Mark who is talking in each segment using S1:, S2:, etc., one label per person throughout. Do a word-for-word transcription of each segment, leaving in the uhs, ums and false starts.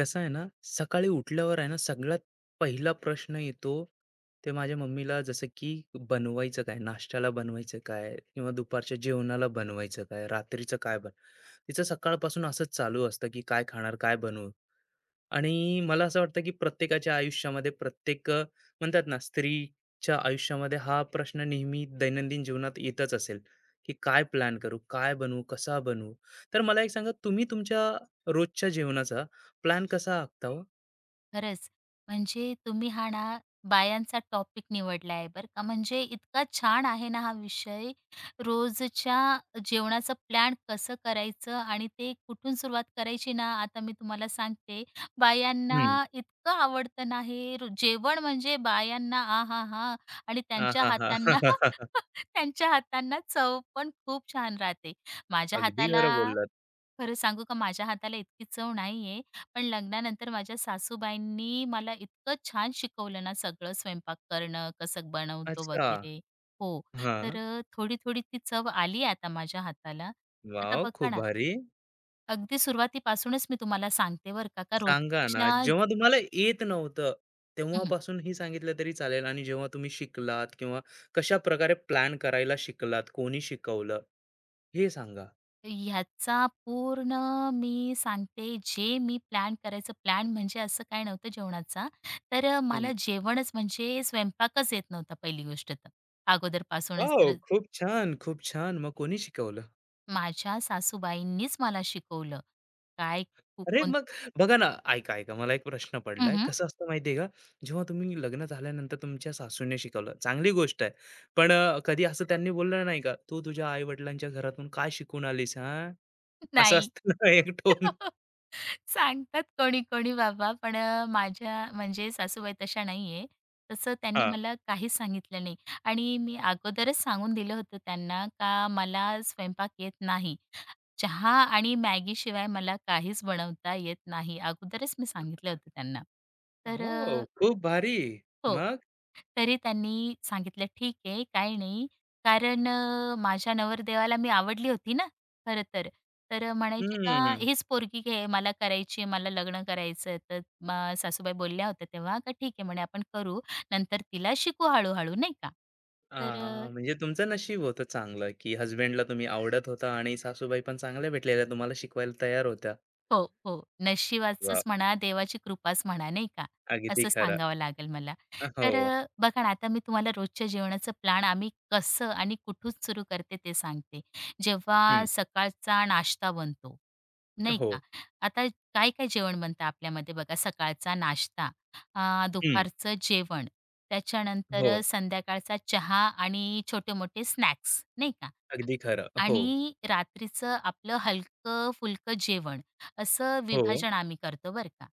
S1: कसं आहे ना, सकाळी उठल्यावर आहे ना, सगळ्यात पहिला प्रश्न येतो, ते माझ्या मम्मीला जसं की बनवायचं काय? नाश्त्याला बनवायचं काय? किंवा दुपारच्या जेवणाला बनवायचं काय? रात्रीचं काय बन तिचं सकाळपासून असंच चालू असतं, की काय खाणार? काय बनवू? आणि मला असं वाटतं की प्रत्येकाच्या आयुष्यामध्ये प्रत्येक अ, म्हणतात ना स्त्रीच्या आयुष्यामध्ये हा प्रश्न नेहमी दैनंदिन जीवनात येतच असेल की काय प्लॅन करू काय बनवू कसा बनवू तर मला एक सांगा तुम्ही तुमच्या रोजच्या जीवनाचा प्लॅन कसा आखता हो.
S2: खरंच. म्हणजे तुम्ही हा ना, बायांचा टॉपिक निवडला आहे बरं का. म्हणजे इतका छान आहे ना हा विषय. रोजच्या जेवणाचं प्लॅन कसं करायचं आणि ते कुठून सुरुवात करायची ना, आता मी तुम्हाला सांगते. बायांना
S1: हम्म.
S2: इतकं आवडतं ना हे र जेवण म्हणजे बायांना आहाहा! आणि
S1: हा
S2: त्यांच्या
S1: हा
S2: हातांना
S1: हा
S2: त्यांच्या हातांना चव पण खूप छान राहते. माझ्या
S1: अगदी
S2: हाताला
S1: खरं बोललात.
S2: खरं सांगू का माझ्या हाताला इतकी चव नाहीये. पण लग्नानंतर माझ्या सासूबाईंनी मला इतकं छान शिकवलं ना सगळं स्वयंपाक करणं, कसं बनवतो
S1: अच्छा.
S2: वगैरे. हो,
S1: हा.
S2: तर अ, थोडी-थोडी ती चव आली आता माझ्या हाताला. आता
S1: वाव,
S2: बघा
S1: खूप
S2: ना,
S1: भारी.
S2: अगदी सुरुवातीपासूनच मी तुम्हाला सांगते बरं का, का
S1: सांगा ना,
S2: रोजच्या
S1: जेव्हा तुम्हाला येत नव्हतं,
S2: हं,
S1: तेव्हापासून ही सांगितलं तरी चालेल आणि जेव्हा तुम्ही शिकलात किंवा कशाप्रकारे प्लॅन करायला शिकलात, कोणी शिकवलं? हे सांगा?
S2: ह्याचा पूर्ण मी सांगते जे मी प्लॅन करायचं प्लॅन म्हणजे असं काय नव्हतं जेवणाचा. तर
S1: हं.
S2: मला जेवणच म्हणजे स्वयंपाकच येत नव्हता पहिली गोष्ट तर. अगोदरपासूनच
S1: वॉव!
S2: र
S1: खूप छान, खूप छान. मग कोणी शिकवलं?
S2: माझ्या सासूबाईंनीच मला शिकवलं. काय कु
S1: अरे,
S2: कोण
S1: मग बघा ना, ऐका, ऐका मला एक प्रश्न पडलाय.
S2: हं,
S1: कसं असतं माहिती आहे का, जेव्हा तुम्ही लग्न झाल्यानंतर तुमच्या सासूने शिकवलं, चांगली गोष्ट आहे. पण अ, कधी असं त्यांनी बोललं नाही का, "तू तुझ्या आई-वडिलांच्या घरातून काय शिकून आलीस, हां?" असं
S2: नाही.
S1: असतं ना एक टोन.
S2: सांगतात कोणी-कोणी बाबा, पण अ, माझ्या म्हणजे सासूबाई तशा नाहीये. तसं त्यांनी मला काहीच सांगितलं नाही आणि मी अगोदरच सांगून दिलं होतं त्यांना का मला स्वयंपाक येत नाही. चहा आणि मॅगीशिवाय मला काहीच बनवता येत नाही. अगोदरच मी सांगितलं होतं त्यांना. तर
S1: हो, खूप भारी.
S2: हो.
S1: मग?
S2: तरी त्यांनी सांगितलं, "ठीक आहे, काही नाही." कारण अ, माझ्या नवरदेवाला मी आवडली होती ना, खरं तर. तर म्हणायचे का,
S1: हं.
S2: "हीच पोरगी घे, मला करायची मला लग्न करायचं तर मग सासूबाई बोलल्या होत्या तेव्हा, का ठीक आहे," म्हणे, "आपण करू. नंतर तिला शिकू हळू नाही का. तर
S1: आह, म्हणजे तुमचं नशीब होतं चांगलं, की हसबँडला तुम्ही आवडत होता आणि सासूबाई पण चांगल्या भेटलेल्या तुम्हाला शिकवायला तयार होत्या.
S2: हो, हो.
S1: वाह!
S2: नशिबाचंच म्हणा, देवाची कृपाच म्हणा, नाही का?
S1: अगदी
S2: असं
S1: खरं.
S2: सांगावं लागेल मला.
S1: अ,
S2: तर
S1: हो.
S2: अ, बघा ना, आता मी तुम्हाला रोजच्या जेवणाचं प्लॅन आम्ही कसं आणि कुठून सुरू करते ते सांगते. जेव्हा
S1: हं.
S2: सकाळचा नाश्ता बनतो, नाही
S1: हो.
S2: का? आता काय-काय जेवण बनतं आपल्यामध्ये बघा, सकाळचा नाश्ता, अ,
S1: हं.
S2: दुपारचं जेवण, त्याच्यानंतर
S1: हो.
S2: संध्याकाळचा चहा आणि छोटे-मोठे स्नॅक्स, नाही का?
S1: अगदी खरं. हो.
S2: आणि रात्रीचं आपलं हलकं-फुलकं जेवण असं
S1: हो.
S2: विभाजन आम्ही करतो बरं का.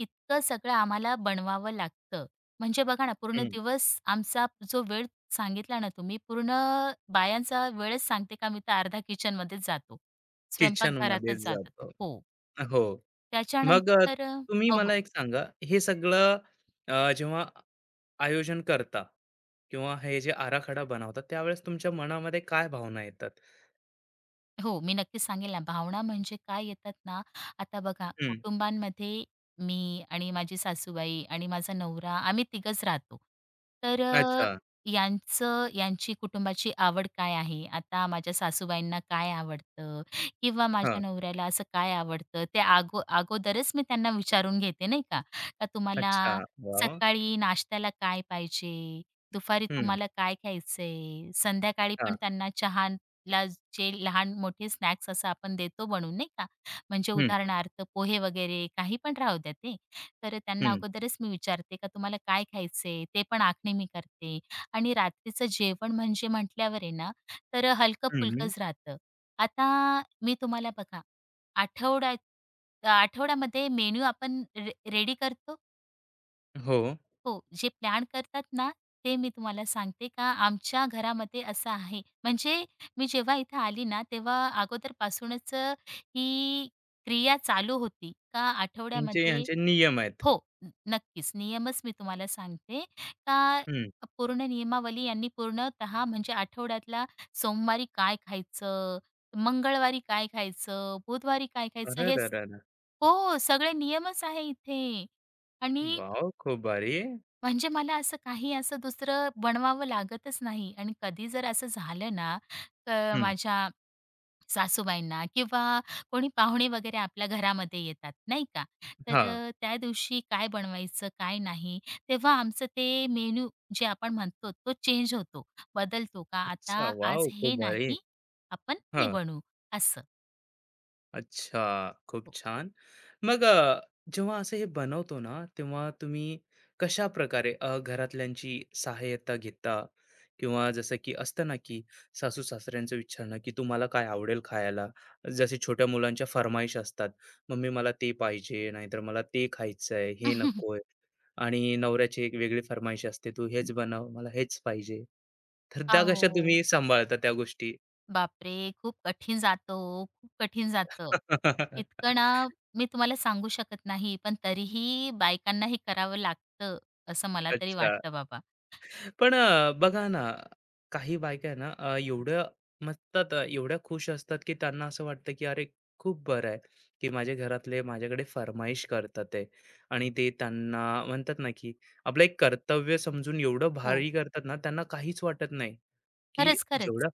S2: इतकं सगळं आम्हाला बनवावं लागतं. म्हणजे बघा ना, पूर्ण
S1: हं.
S2: दिवस आमचा जो वेळ सांगितला ना तुम्ही, पूर्ण बायांचा वेळच सांगते का मी तर अर्धा किचनमध्येच जातो.
S1: किचनमध्येच
S2: स्वयंपाकघरातच जातात.
S1: जातो.
S2: हो.
S1: हो. मग अ,
S2: त्याच्यानंतर
S1: तुम्ही
S2: हो,
S1: मला एक सांगा, हे सगळं अ, जेव्हा आयोजन करता किंवा हे जे आराखडा बनवता, त्यावेळेस तुमच्या मनामध्ये काय भावना येतात?
S2: हो, मी नक्कीच सांगेल ना. भावना म्हणजे काय येतात ना, आता बघा कुटुंबांमध्ये मी आणि माझी सासूबाई आणि माझा नवरा आम्ही तिघंच राहतो. तर अ,
S1: अच्छा.
S2: यांचं यांची कुटुंबाची आवड काय आहे? आता माझ्या सासूबाईंना काय आवडतं किंवा
S1: हां.
S2: माझ्या नवऱ्याला असं काय आवडतं? ते अगो अगोदरच मी त्यांना विचारून घेते नाही का? का तुम्हाला
S1: अच्छा. वाह!
S2: सकाळी नाश्त्याला काय पाहिजे? दुपारी
S1: हं.
S2: तुम्हाला काय खायचंय? संध्याकाळी पण
S1: हां.
S2: त्यांना चहा ला जे लहान-मोठे स्नॅक्स असं आपण देतो बनवून नाही का. म्हणजे
S1: हं,
S2: उदाहरणार्थ पोहे वगैरे काही पण राहू द्या ते. तर त्यांना
S1: हं,
S2: अगोदरच मी विचारते का तुम्हाला काय खायचंय? ते पण आखणी मी करते आणि रात्रीचं जेवण म्हणजे म्हटल्यावर आहे ना, तर
S1: हं.
S2: हलकं-फुलकंच राहतं. आता मी तुम्हाला बघा आठवड्यात आठवड्यामध्ये मेनू आपण रे रेडी करतो
S1: हो.
S2: हो, जे प्लॅन करतात ना, ते मी तुम्हाला सांगते का आमच्या घरामध्ये असं आहे. म्हणजे मी जेव्हा इथे आली ना, तेव्हा अगोदरपासूनच अ, ही क्रिया चालू होती का
S1: तुमचे
S2: आठवड्यामध्ये
S1: ह्यांचे नियम आहेत.
S2: हो, न- नक्कीच. नियमच मी तुम्हाला सांगते का
S1: हं.
S2: पूर्ण नियमावली यांनी पूर्णतः म्हणजे आठवड्यातला सोमवारी काय खायचं, मंगळवारी काय खायचं, बुधवारी काय खायचं, हे स-
S1: अरेरेरेरे!
S2: हो, सगळे नियमच आहे इथे. आणि
S1: वॉव! खूप भारी.
S2: म्हणजे मला असं काही असं दुसरं बनवावं लागतच नाही आणि कधी जर असं झालं ना, तर
S1: हं.
S2: माझ्या सासूबाईंना किंवा कोणी पाहुणे वगैरे आपल्या घरामध्ये येतात, नाही का? तर
S1: हां.
S2: अ, त्या दिवशी काय बनवायचं, काय नाही, तेव्हा आमचं ते मेनू जे आपण म्हणतो तो चेंज होतो, बदलतो का
S1: अच्छा.
S2: आता आज
S1: वॉव! खूप
S2: हे
S1: भारी.
S2: नाही, आपण ते
S1: हां.
S2: बनवू असं.
S1: अच्छा, खूप
S2: हो.
S1: छान. मग अ, जेव्हा असं हे बनवतो ना, तेव्हा तुम्ही कशाप्रकारे अ, घरातल्यांची सहाय्यता घेता? किंवा जसं की असतं ना, की सासू-सासऱ्यांचं विचारणं, की तुम्हाला काय आवडेल खायला? जसे छोट्या मुलांच्या फर्माईश असतात, "मम्मी मला ते पाहिजे, नाहीतर मला ते खायचंय, हे नकोय." आणि नवऱ्याची एक वेगळी फर्माईश असते, "तू हेच बनव, मला हेच पाहिजे." तर त्या कशा
S2: अहो.
S1: तुम्ही सांभाळता त्या गोष्टी?
S2: बापरे! खूप कठीण जातो, ओ, खूप कठीण जातं. इतकं ना मी तुम्हाला सांगू शकत नाही, पण तरीही बायकांना हे करावं लागतं, असं मला तरी
S1: अच्छा.
S2: वाटतं बाबा.
S1: पण अ, बघा ना, काही बायका आहे ना, अ, एवढ्या मस्तात अ, एवढ्या खुश असतात, की त्यांना असं वाटतं, की अरे खूप बरं आहे, की माझे घरातले माझ्याकडे फर्माईश करतात आहे. आणि ते त्यांना म्हणतात ना, की आपलं एक कर्तव्य समजून एवढं
S2: हो,
S1: भारी करतात ना, त्यांना काहीच वाटत नाही, की
S2: खरंच, खरंच.
S1: जेवढं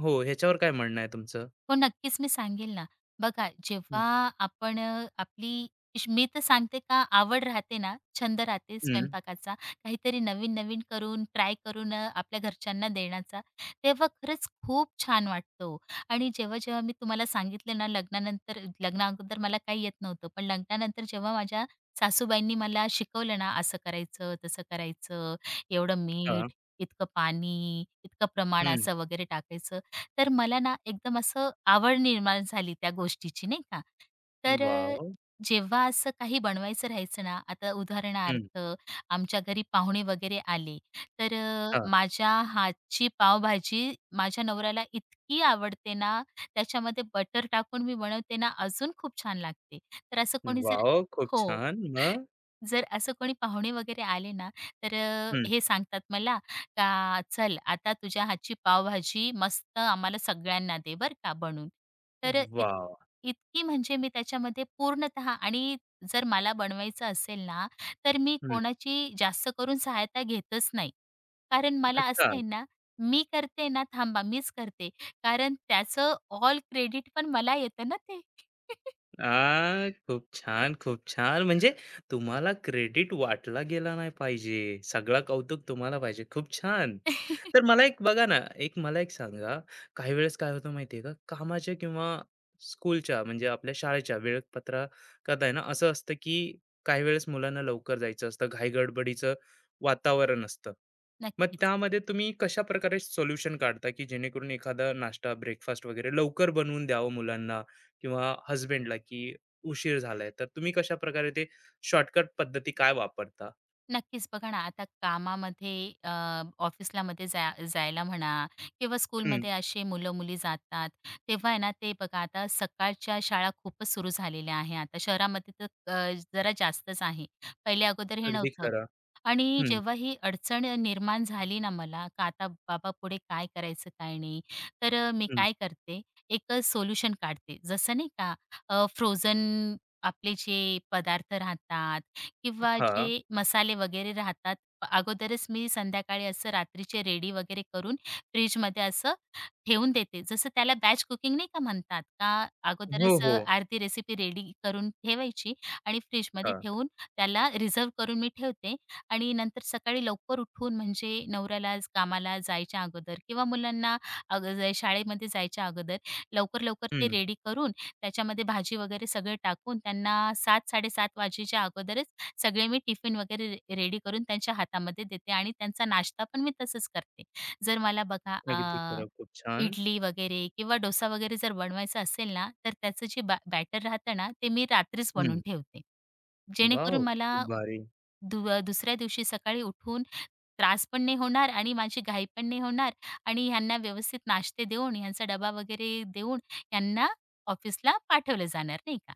S1: हो, ह्याच्यावर काय म्हणणं आहे तुमचं?
S2: हो, नक्कीच मी सांगेल ना. बघा
S1: हं,
S2: जेव्हा आपण अ, आपली श मी तर सांगते का आवड राहते ना, छंद राहते
S1: हं,
S2: स्वयंपाकाचा, काहीतरी नवीन-नवीन करून ट्राय करून अ, आपल्या घरच्यांना देण्याचा, तेव्हा खरंच खूप छान वाटतो आणि जेव्हा-जेव्हा मी तुम्हाला सांगितलं ना लग्नानंतर लग्नाअगोदर मला काही येत नव्हतं. पण लग्नानंतर जेव्हा माझ्या सासूबाईंनी मला शिकवलं ना, असं करायचं, तसं करायचं, एवढं
S1: हां,
S2: मीठ, इतकं पाणी, इतकं प्रमाण
S1: हं,
S2: असं वगैरे टाकायचं. तर मला ना एकदम असं आवड निर्माण झाली त्या गोष्टीची नाही का. तर अ,
S1: वॉव!
S2: जेव्हा असं काही बनवायचं राहायचं ना, आता
S1: हं,
S2: उदाहरणार्थ आमच्या घरी पाहुणे वगैरे आले, तर अ,
S1: हां,
S2: माझ्या हातची पावभाजी माझ्या नवऱ्याला इतकी आवडते ना, त्याच्यामध्ये बटर टाकून मी बनवते ना, अजून खूप छान लागते. तर असं कोणी जर
S1: वॉव! खूप
S2: हो.
S1: छान. मग?
S2: जर असं कोणी पाहुणे वगैरे आले ना, तर अ,
S1: हं,
S2: हे सांगतात मला का "चल आता तुझ्या हातची पावभाजी मस्त आम्हाला सगळ्यांना दे बरं का बनवून." तर इत
S1: वॉव!
S2: इतकी म्हणजे मी त्याच्यामध्ये पूर्णतः आणि जर मला बनवायचं असेल ना, तर मी
S1: हं,
S2: कोणाची जास्त करून सहायता घेतच नाही. कारण मला
S1: अच्छा.
S2: असं आहे ना, मी करते ना थांबा मीच करते. कारण त्याचं ऑल क्रेडिट पण मला येतं ना ते.
S1: आ, खूप छान, खूप छान. म्हणजे तुम्हाला क्रेडिट वाटला गेला नाही पाहिजे. सगळा कौतुक तुम्हाला पाहिजे. खूप छान. तर मला एक बघा ना, एक मला एक सांगा, काही वेळेस काय होतं माहिती आहे का, कामाच्या किंवा स्कूलच्या म्हणजे आपल्या शाळेच्या वेळापत्रकात आहे ना, असं असतं की काही वेळेस मुलांना लवकर जायचं असतं, घाई वातावरण असतं. मग
S2: नक्कीच.
S1: त्यामध्ये तुम्ही कशाप्रकारे सोल्युशन काढता, की जेणेकरून एखादा नाश्ता, ब्रेकफास्ट वगैरे लवकर बनवून द्यावं मुलांना? किंवा हसबंडला की उशीर झालाय, तर तुम्ही कशाप्रकारे ते शॉर्टकट पद्धती काय वापरता?
S2: नक्कीच बघा ना आता कामामध्ये अ, ऑफिसला मध्ये जा जायला म्हणा किंवा
S1: हं,
S2: स्कूलमध्ये असे मुलं मुली जातात तेव्हा आहे ना ते बघा आता सकाळच्या शाळा खूपच सुरू झालेल्या आहे आता शहरामध्ये तर अ, जरा जास्तच आहे पहिले अगोदर हे
S1: अगदी
S2: नव्हतं
S1: खरं.
S2: आणि
S1: हं,
S2: जेव्हा ही अडचण निर्माण झाली ना मला का आता बाबा पुढे काय करायचं काय नाही तर मी
S1: हं.
S2: काय करते एक सोल्युशन काढते जसं नाही का फ्रोझन आपले जे पदार्थ राहतात किंवा
S1: हां.
S2: जे मसाले वगैरे राहतात, अगोदरच मी संध्याकाळी असं रात्रीचे रेडी वगैरे करून फ्रिजमध्ये असं ठेवून देते. जसं त्याला बॅच कुकिंग नाही का म्हणतात, का
S1: हो,
S2: अगोदरच अ,
S1: हो.
S2: अर्धी रेसिपी रेडी करून ठेवायची आणि फ्रिजमध्ये
S1: हां.
S2: ठेवून त्याला रिझर्व्ह करून मी ठेवते आणि नंतर सकाळी लवकर उठून म्हणजे नवऱ्याला ज- कामाला जायच्या अगोदर किंवा मुलांना अग ज- शाळेमध्ये जायच्या अगोदर लवकर-लवकर ते
S1: हं.
S2: रेडी करून त्याच्यामध्ये भाजी वगैरे सगळं टाकून त्यांना सात-साडेसात वाजेच्या अगोदरच सगळे मी टिफिन वगैरे रे रेडी करून त्यांच्या हातामध्ये देते आणि त्यांचा नाश्ता पण मी तसंच करते. जर मला बघा
S1: अगदी खरं. खूप छान.
S2: इडली वगैरे किंवा डोसा वगैरे जर बनवायचा असेल ना, तर त्याचं जे बॅ बॅटर राहतं ना, ते मी रात्रीच बनवून
S1: हं.
S2: ठेवते.
S1: वॉव!
S2: जेणेकरून मला
S1: खूप भारी.
S2: दु दुसऱ्या दिवशी सकाळी उठून त्रास पण नाही होणार आणि माझी घाई पण नाही होणार आणि ह्यांना व्यवस्थित नाश्ते देऊन, ह्यांचा डबा वगैरे देऊन, ह्यांना ऑफिसला पाठवलं जाणार, नाही का?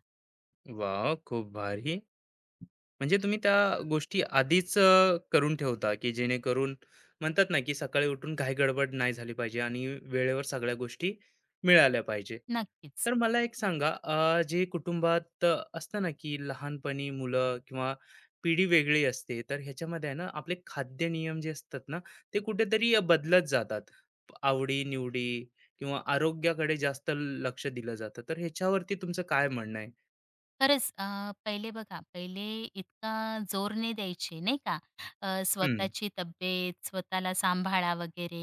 S1: वॉव! खूप भारी. म्हणजे तुम्ही त्या गोष्टी आधीच अ, करून ठेवता, की जेणेकरून म्हणतात ना, की सकाळी उठून काही गडबड नाही झाली पाहिजे आणि वेळेवर सगळ्या गोष्टी मिळाल्या पाहिजे.
S2: नक्कीच.
S1: तर मला एक सांगा, अ, जे कुटुंबात अ, असतं ना, की लहानपणी मुलं किंवा पिढी वेगळी असते, तर ह्याच्यामध्ये आहे ना, आपले खाद्य नियम जे असतात ना, ते कुठेतरी अ, बदलत जातात. आवडी-निवडी किंवा आरोग्याकडे जास्त लक्ष दिलं जातं. तर ह्याच्यावरती तुमचं काय म्हणणं आहे?
S2: खरंच अ, पहिले बघा, पहिले इतका जोर नाही द्यायचे, नाही का? अ,
S1: हं,
S2: स्वतःची तब्येत, स्वतःला सांभाळा वगैरे.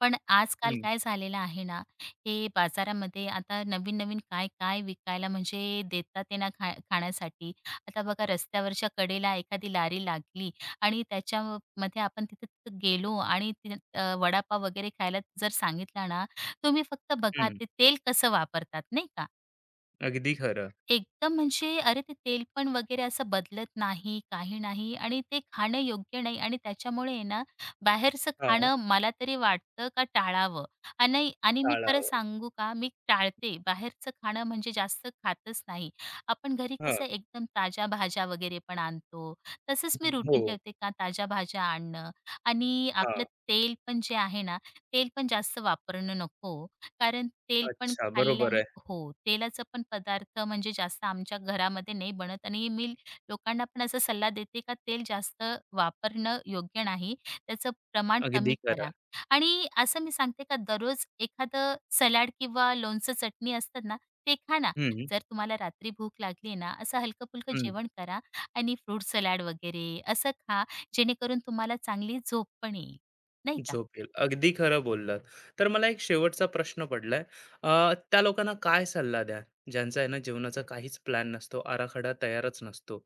S2: पण आजकाल
S1: हं,
S2: काय झालेलं आहे ना, हे बाजारामध्ये आता नवीन-नवीन काय-काय विकायला म्हणजे देतात ते ना खा खाण्यासाठी. आता बघा रस्त्यावरच्या कडेला एखादी लारी लागली आणि त्याच्यामध्ये आपण तिथे तिथे गेलो आणि ति अ, वडापाव वगैरे खायला जर सांगितला ना, तुम्ही फक्त बघा
S1: हं.
S2: ते तेल कसं वापरतात, नाही का?
S1: अगदी खरं.
S2: एकदम म्हणजे अरे, ते तेल पण वगैरे असं बदलत नाही, काही नाही आणि ते खाणं योग्य नाही आणि त्याच्यामुळे आहे ना, बाहेरचं खाणं मला तरी वाटतं का टाळावं. आणि आणि मी खरं
S1: टाळावं.
S2: सांगू का, मी टाळते. बाहेरचं खाणं म्हणजे जास्त खातच नाही. आपण घरी
S1: हां.
S2: कसं एकदम ताज्या भाज्या वगैरे पण आणतो. तसंच मी
S1: हो.
S2: रुटीन
S1: हो.
S2: ठेवते का ताज्या भाज्या आणणं आणि आपलं
S1: हां.
S2: तेल पण जे आहे ना, तेल पण जास्त वापरणं नको. कारण तेल पण
S1: अच्छा, बरोबर
S2: खाल्ल्याने
S1: आहे.
S2: हो, तेलाचं पण पदार्थ म्हणजे जास्त आमच्या घरामध्ये नाही बनत आणि मी लोकांना पण असा सल्ला देते का तेल जास्त वापरणं योग्य नाही. त्याचं प्रमाण
S1: अगदी
S2: कमी
S1: खरं.
S2: करा. आणि असं मी सांगते का दररोज एखादं सलाड किंवा लोणचं चटणी असतात ना, ते खा ना.
S1: हं,
S2: जर तुम्हाला रात्री भूक लागली ना, असं हलकं-फुलकं
S1: हं.
S2: जेवण करा आणि फ्रूट सलाड वगैरे असं खा, जेणेकरून तुम्हाला चांगली झोप पण येईल. नाही का?
S1: झोपेल. अगदी खरं बोललात. तर मला एक शेवटचा प्रश्न पडलाय. अ, त्या लोकांना काय सल्ला द्याल, ज्यांचा आहे ना जीवनाचा काहीच प्लॅन नसतो, आराखडा तयारच नसतो.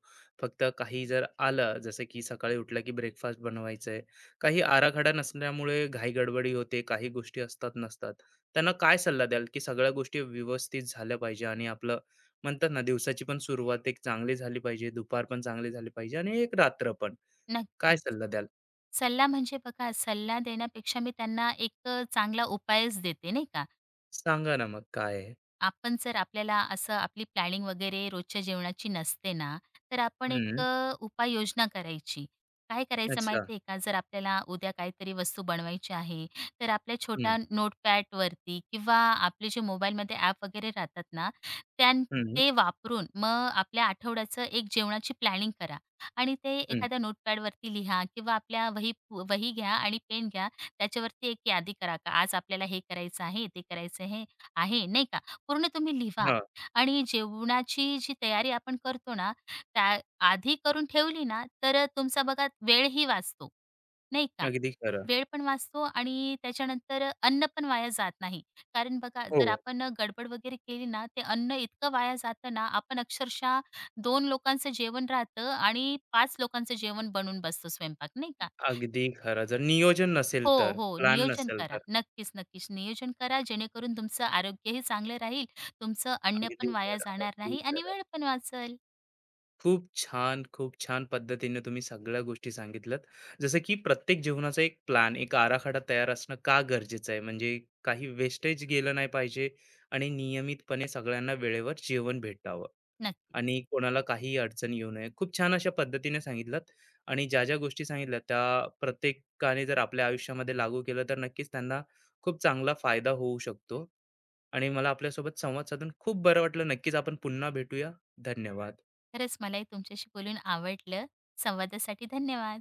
S1: फक्त काही जर आलं, जसं की सकाळी उठलं की ब्रेकफास्ट बनवायचंय. काही आराखडा नसल्यामुळे घाई-गडबडी होते, काही गोष्टी असतात, नसतात. त्यांना काय सल्ला द्याल, की सगळ्या गोष्टी व्यवस्थित झाल्या पाहिजे आणि आपलं म्हणतात ना, दिवसाची पण सुरुवात एक चांगली झाली पाहिजे, दुपार पण चांगली झाली पाहिजे आणि एक रात्र पण. काय
S2: नक्कीच.
S1: सल्ला द्याल?
S2: सल्ला म्हणजे बघा, सल्ला देण्यापेक्षा मी त्यांना एक चांगला उपायच देते, नाही का?
S1: सांगा ना मग काय आहे?
S2: आपण जर आपल्याला असं आपली प्लॅनिंग वगैरे रोजच्या जेवणाची नसते ना, तर आपण एक
S1: हं.
S2: अ, उपाययोजना करायची. काय करायचं
S1: अच्छा.
S2: माहिती आहे का? जर आपल्याला उद्या काहीतरी वस्तू बनवायची आहे, तर आपल्या
S1: हं,
S2: छोट्या नोटपॅडवरती किंवा आपले जे मोबाईलमध्ये ॲप वगैरे राहतात ना, त्यां
S1: हं,
S2: ते वापरून मग आपल्या आठवड्याचं एक जेवणाची प्लॅनिंग करा आणि ते
S1: हं.
S2: एखाद्या नोटपॅडवरती लिहा किंवा आपल्या वही वही घ्या आणि पेन घ्या. त्याच्यावरती एक यादी करा, का आज आपल्याला हे करायचं आहे, ते करायचं हे आहे, नाही का? पूर्ण तुम्ही लिहा
S1: हां,
S2: आणि जेवणाची जी तयारी आपण करतो ना, त्या आधी करून ठेवली ना, तर तुमचा बघा वेळही वाचतो, नाही का?
S1: अगदी खरं.
S2: वेळ पण वाचतो आणि त्याच्यानंतर अन्न पण वाया जात नाही. कारण बघा जर
S1: हो,
S2: आपण गडबड वगैरे केली ना, ते अन्न इतकं वाया जातं ना, आपण अक्षरशः दोन लोकांचं जेवण राहतं आणि पाच लोकांचं जेवण बनवून बसतो स्वयंपाक, नाही का?
S1: अगदी खरं. जर नियोजन नसेल
S2: हो,
S1: तर,
S2: हो.
S1: प्लॅन
S2: नियोजन
S1: नसेल
S2: करा.
S1: तर.
S2: नक्कीच, नक्कीच. नियोजन करा जेणेकरून तुमचं आरोग्यही चांगलं राहील, तुमचं अन्न पण
S1: अगदी
S2: वाया
S1: खरं,
S2: जाणार
S1: अगदी
S2: नाही आणि
S1: खरं.
S2: वेळ पण वाचेल.
S1: खूप छान, खूप छान पद्धतीने तुम्ही सगळ्या गोष्टी सांगितल्यात. जसं की प्रत्येक जीवनाचा एक प्लॅन, एक आराखडा तयार असणं का गरजेचं आहे, म्हणजे काही वेस्टेज गेलं नाही पाहिजे आणि नियमितपणे सगळ्यांना वेळेवर जेवण भेटावं.
S2: नक्कीच.
S1: आणि कोणाला काही अडचण येऊ नये. खूप छान अशा पद्धतीने सांगितलात आणि ज्या ज्या गोष्टी सांगितल्या त्या प्रत्येकाने जर आपल्या आयुष्यामध्ये लागू केलं तर नक्कीच त्यांना खूप चांगला फायदा होऊ शकतो. आणि मला आपल्यासोबत संवाद साधून खूप बरं वाटलं. नक्कीच आपण पुन्हा भेटूया. धन्यवाद.
S2: खरंच मलाही तुमच्याशी बोलून आवडलं. संवादासाठी धन्यवाद.